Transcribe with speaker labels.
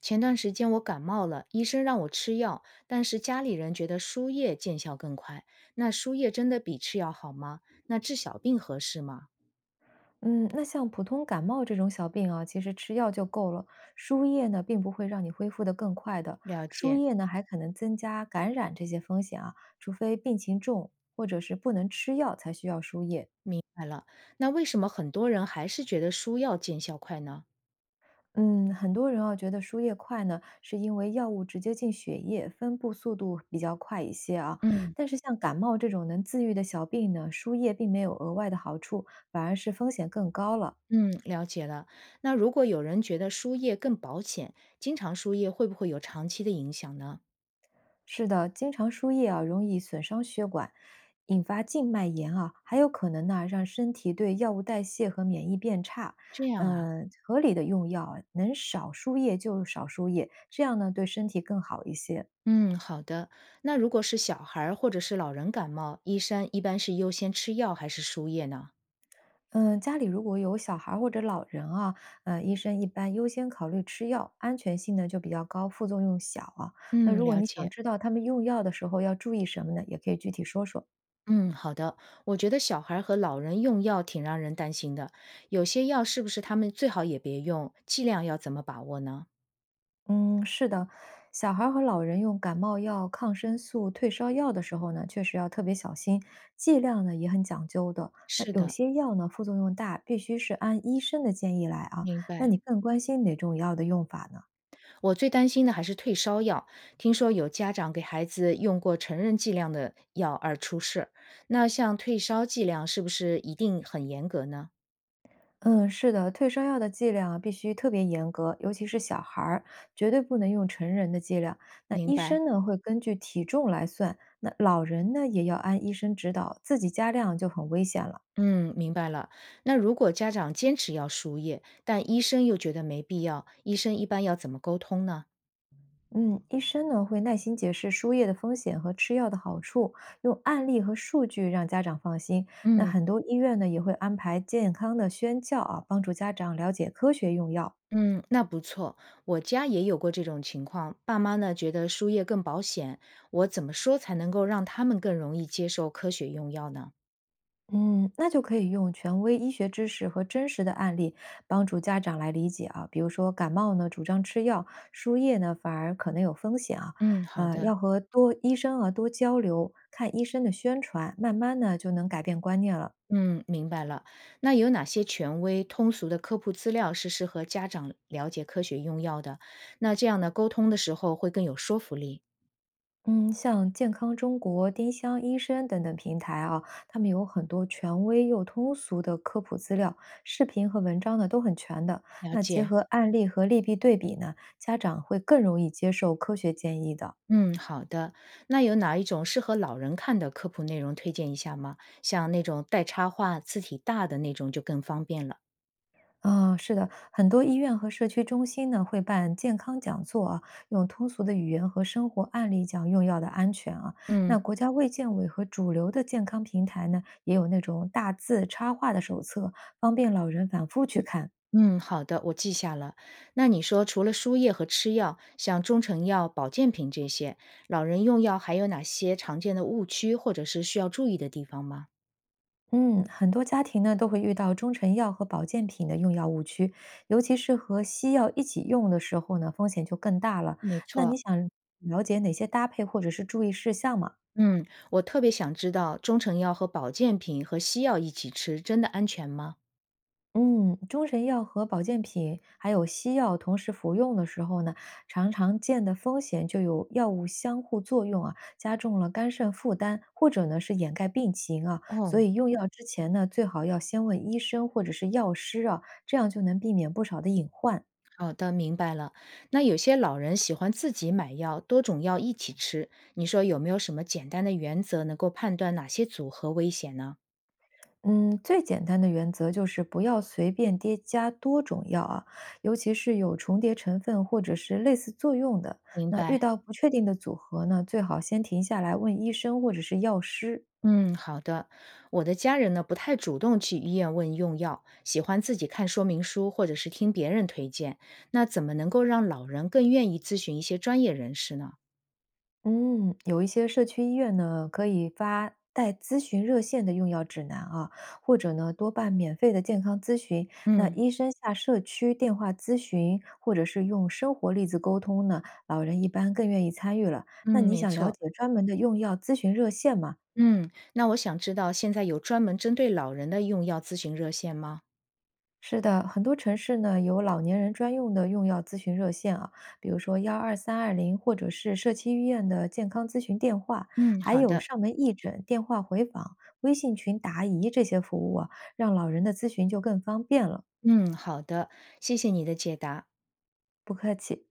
Speaker 1: 前段时间我感冒了，医生让我吃药，但是家里人觉得输液见效更快。那输液真的比吃药好吗？那治小病合适吗？
Speaker 2: 嗯，那像普通感冒这种小病啊，其实吃药就够了。输液呢，并不会让你恢复得更快的，
Speaker 1: 了
Speaker 2: 输
Speaker 1: 解，
Speaker 2: 液呢还可能增加感染这些风险啊，除非病情重或者是不能吃药才需要输液。
Speaker 1: 明白了。那为什么很多人还是觉得输药见效快呢？
Speaker 2: 嗯，很多人啊觉得输液快呢，是因为药物直接进血液，分布速度比较快一些啊。
Speaker 1: 嗯
Speaker 2: 但是像感冒这种能自愈的小病呢，输液并没有额外的好处，反而是风险更高了。
Speaker 1: 嗯，了解了。那如果有人觉得输液更保险，经常输液会不会有长期的影响呢？
Speaker 2: 是的，经常输液啊，容易损伤血管，引发静脉炎啊，还有可能呢让身体对药物代谢和免疫变差。
Speaker 1: 这样啊。
Speaker 2: 合理的用药啊能少输液就少输液，这样呢对身体更好一些。
Speaker 1: 嗯，好的。那如果是小孩儿或者是老人感冒，医生一般是优先吃药还是输液呢？
Speaker 2: 嗯，家里如果有小孩儿或者老人啊，医生一般优先考虑吃药，安全性呢就比较高，副作用小啊。那
Speaker 1: 嗯，
Speaker 2: 如果
Speaker 1: 了
Speaker 2: 你想
Speaker 1: 解。
Speaker 2: 知道他们用药的时候要注意什么呢，也可以具体说说。
Speaker 1: 嗯，好的。我觉得小孩儿和老人用药挺让人担心的，有些药是不是他们最好也别用？剂量要怎么把握呢？
Speaker 2: 嗯，是的，小孩儿和老人用感冒药、抗生素、退烧药的时候呢，确实要特别小心，剂量呢也很讲究的。那
Speaker 1: 是
Speaker 2: 有
Speaker 1: 的，
Speaker 2: 些药呢副作用大，必须是按医生的建议来啊。
Speaker 1: 明
Speaker 2: 那
Speaker 1: 白。
Speaker 2: 你更关心哪种药的用法呢？
Speaker 1: 我最担心的还是退烧药，听说有家长给孩子用过成人剂量的药而出事儿。那像退烧剂量是不是一定很严格呢？
Speaker 2: 嗯，是的，退烧药的剂量啊必须特别严格，尤其是小孩儿，绝对不能用成人的剂量。那
Speaker 1: 明
Speaker 2: 医
Speaker 1: 白，
Speaker 2: 生呢会根据体重来算，那老人呢也要按医生指导，自己加量就很危险了。
Speaker 1: 嗯，明白了。那如果家长坚持要输液，但医生又觉得没必要，医生一般要怎么沟通呢？
Speaker 2: 嗯，医生呢会耐心解释输液的风险和吃药的好处，用案例和数据让家长放心。那
Speaker 1: 嗯
Speaker 2: 很多医院呢也会安排健康的宣教啊，帮助家长了解科学用药。
Speaker 1: 嗯，那不错。我家也有过这种情况，爸妈呢觉得输液更保险，我怎么说才能够让他们更容易接受科学用药呢？
Speaker 2: 嗯，那就可以用权威医学知识和真实的案例帮助家长来理解啊。比如说感冒呢，主张吃药，输液呢反而可能有风险啊。
Speaker 1: 嗯，好的。
Speaker 2: 要和多医生啊多交流，看医生的宣传，慢慢呢就能改变观念了。
Speaker 1: 嗯，明白了。那有哪些权威、通俗的科普资料是适合家长了解科学用药的？那这样呢，沟通的时候会更有说服力。
Speaker 2: 嗯，像健康中国、丁香医生等等平台啊，他们有很多权威又通俗的科普资料，视频和文章呢都很全的。
Speaker 1: 了
Speaker 2: 那结
Speaker 1: 解。
Speaker 2: 合案例和利弊对比呢，家长会更容易接受科学建议的。
Speaker 1: 嗯，好的。那有哪一种适合老人看的科普内容推荐一下吗？像那种带插画、字体大的那种就更方便了。
Speaker 2: 啊、是的，很多医院和社区中心呢会办健康讲座啊，用通俗的语言和生活案例讲用药的安全啊。那
Speaker 1: 嗯。
Speaker 2: 国家卫健委和主流的健康平台呢，也有那种大字插画的手册，方便老人反复去看。
Speaker 1: 嗯，好的，我记下了。那你说，除了输液和吃药，像中成药、保健品这些，老人用药还有哪些常见的误区，或者是需要注意的地方吗？
Speaker 2: 嗯，很多家庭呢都会遇到中成药和保健品的用药误区，尤其是和西药一起用的时候呢，风险就更大了。
Speaker 1: 没
Speaker 2: 那你
Speaker 1: 错，
Speaker 2: 想了解哪些搭配或者是注意事项吗？
Speaker 1: 嗯，我特别想知道中成药和保健品和西药一起吃，真的安全吗？
Speaker 2: 嗯，中成药和保健品还有西药同时服用的时候呢，常常见的风险就有药物相互作用啊，加重了肝肾负担，或者呢是掩盖病情啊。
Speaker 1: 哦，
Speaker 2: 所以用药之前呢，最好要先问医生或者是药师啊，这样就能避免不少的隐患。
Speaker 1: 好的，明白了。那有些老人喜欢自己买药，多种药一起吃，你说有没有什么简单的原则能够判断哪些组合危险呢？
Speaker 2: 嗯，最简单的原则就是不要随便叠加多种药啊，尤其是有重叠成分或者是类似作用的。
Speaker 1: 明
Speaker 2: 那遇
Speaker 1: 白。
Speaker 2: 到不确定的组合呢，最好先停下来问医生或者是药师。
Speaker 1: 嗯，好的。我的家人呢，不太主动去医院问用药，喜欢自己看说明书或者是听别人推荐。那怎么能够让老人更愿意咨询一些专业人士呢？
Speaker 2: 嗯，有一些社区医院呢，可以发带咨询热线的用药指南啊，或者呢多办免费的健康咨询。那
Speaker 1: 嗯
Speaker 2: 医生下社区电话咨询，或者是用生活例子沟通呢，老人一般更愿意参与了。
Speaker 1: 嗯，
Speaker 2: 那你
Speaker 1: 没
Speaker 2: 想了
Speaker 1: 错。
Speaker 2: 解专门的用药咨询热线吗？
Speaker 1: 嗯，那我想知道现在有专门针对老人的用药咨询热线吗？
Speaker 2: 是的，很多城市呢有老年人专用的用药咨询热线啊，比如说12320，或者是社区医院的健康咨询电话，
Speaker 1: 嗯，
Speaker 2: 还
Speaker 1: 好
Speaker 2: 有
Speaker 1: 的。
Speaker 2: 上门义诊、电话回访、微信群答疑这些服务啊，让老人的咨询就更方便了。
Speaker 1: 嗯，好的。谢谢你的解答。
Speaker 2: 不客气。